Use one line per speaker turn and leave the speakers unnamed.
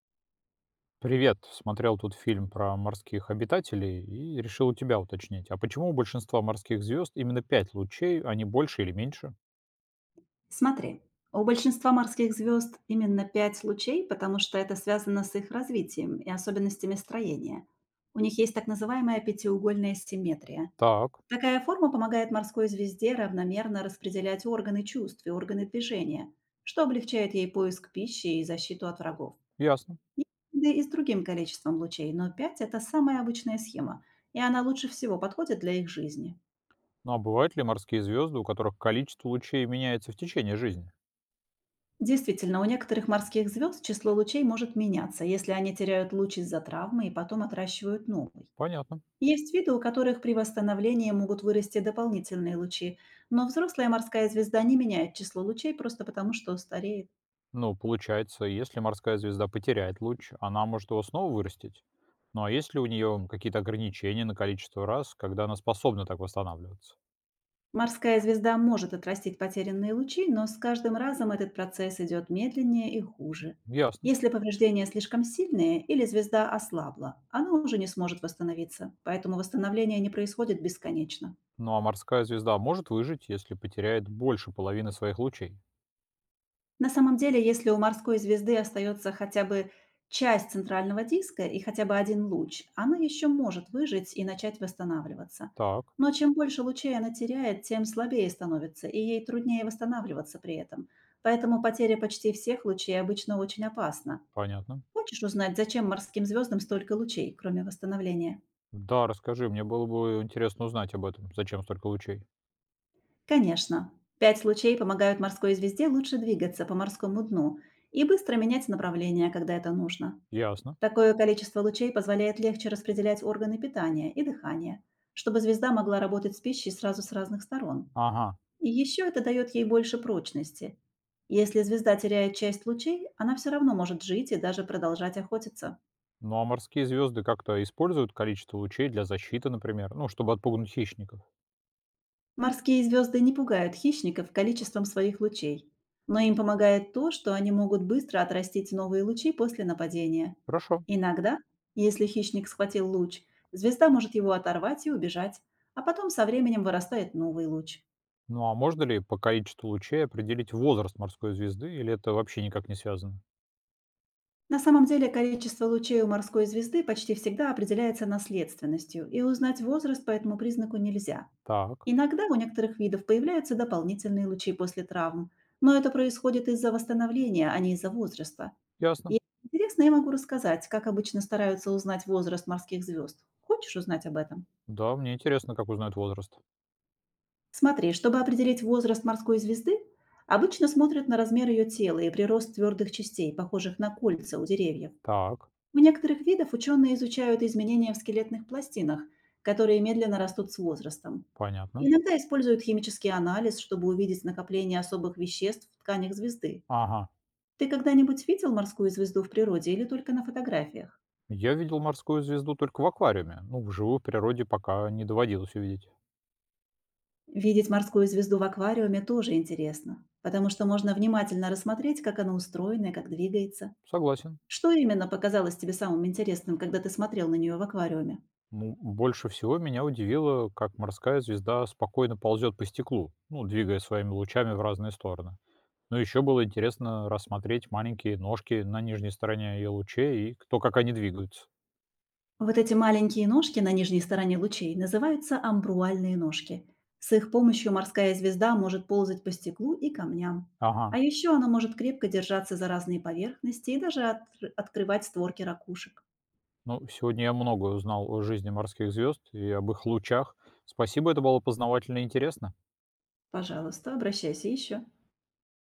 Привет, смотрел тут фильм про морских обитателей и решил у тебя уточнить, а почему у большинства морских звезд именно 5 лучей, а не больше или меньше?
Смотри, у большинства морских звезд именно пять лучей, потому что это связано с их развитием и особенностями строения. У них есть так называемая пятиугольная симметрия.
Так,
Такая форма помогает морской звезде равномерно распределять органы чувств и органы движения, что облегчает ей поиск пищи и защиту от врагов.
ясно.
Есть виды и с другим количеством лучей, но пять– это самая обычная схема, и она лучше всего подходит для их жизни.
Ну а бывают ли морские звезды, у которых количество лучей меняется в течение жизни?
Действительно, у некоторых морских звезд число лучей может меняться, если они теряют луч из-за травмы и потом отращивают новый.
Понятно.
Есть виды, у которых при восстановлении могут вырасти дополнительные лучи, но взрослая морская звезда не меняет число лучей просто потому, что стареет.
Ну, получается, если морская звезда потеряет луч, она может его снова вырастить. Ну а есть ли у нее какие-то ограничения на количество раз, когда она способна так восстанавливаться?
Морская звезда может отрастить потерянные лучи, но с каждым разом этот процесс идет медленнее и хуже.
Ясно.
Если повреждения слишком сильные или звезда ослабла, она уже не сможет восстановиться, поэтому восстановление не происходит бесконечно.
Ну а морская звезда может выжить, если потеряет больше половины своих лучей?
На самом деле, если у морской звезды остается хотя бы часть центрального диска и хотя бы один луч, она еще может выжить и начать восстанавливаться.
Так,
Но чем больше лучей она теряет, тем слабее становится, и ей труднее восстанавливаться при этом. Поэтому потеря почти всех лучей обычно очень опасна.
понятно.
Хочешь узнать, зачем морским звездам столько лучей, кроме восстановления?
Да, расскажи, мне было бы интересно узнать об этом. Зачем столько лучей?
Конечно. Пять лучей помогают морской звезде лучше двигаться по морскому дну и быстро менять направление, когда это нужно.
Ясно.
Такое количество лучей позволяет легче распределять органы питания и дыхания, чтобы звезда могла работать с пищей сразу с разных сторон.
Ага.
И еще это дает ей больше прочности. Если звезда теряет часть лучей, она все равно может жить и даже продолжать охотиться.
Ну а морские звезды как-то используют количество лучей для защиты, например, ну, чтобы отпугнуть хищников.
Морские звезды не пугают хищников количеством своих лучей, но им помогает то, что они могут быстро отрастить новые лучи после нападения.
Хорошо.
Иногда, если хищник схватил луч, звезда может его оторвать и убежать, а потом со временем вырастает новый луч.
Ну а можно ли по количеству лучей определить возраст морской звезды, или это вообще никак не связано?
На самом деле количество лучей у морской звезды почти всегда определяется наследственностью, и узнать возраст по этому признаку нельзя.
Так,
Иногда у некоторых видов появляются дополнительные лучи после травм, но это происходит из-за восстановления, а не из-за возраста.
ясно.
Если интересно, я могу рассказать, как обычно стараются узнать возраст морских звезд. Хочешь узнать об этом?
Да, мне интересно, как узнают возраст.
Смотри, чтобы определить возраст морской звезды, обычно смотрят на размер ее тела и прирост твердых частей, похожих на кольца у деревьев.
Так,
У некоторых видов ученые изучают изменения в скелетных пластинах, которые медленно растут с возрастом.
понятно.
Иногда используют химический анализ, чтобы увидеть накопление особых веществ в тканях звезды.
Ага.
Ты когда-нибудь видел морскую звезду в природе или только на фотографиях?
Я видел морскую звезду только в аквариуме. Ну, вживую в природе пока не доводилось увидеть.
Видеть морскую звезду в аквариуме тоже интересно, потому что можно внимательно рассмотреть, как она устроена и как двигается.
Согласен.
Что именно показалось тебе самым интересным, когда ты смотрел на нее в аквариуме?
Ну, больше всего меня удивило, как морская звезда спокойно ползет по стеклу, ну, двигая своими лучами в разные стороны. Но еще было интересно рассмотреть маленькие ножки на нижней стороне ее лучей и то, как они двигаются.
Вот эти маленькие ножки на нижней стороне лучей называются амбруальные ножки. С их помощью морская звезда может ползать по стеклу и камням.
Ага.
А еще она может крепко держаться за разные поверхности и даже открывать створки ракушек.
Ну, сегодня я много узнал о жизни морских звезд и об их лучах. Спасибо, это было познавательно и интересно.
Пожалуйста, обращайся еще.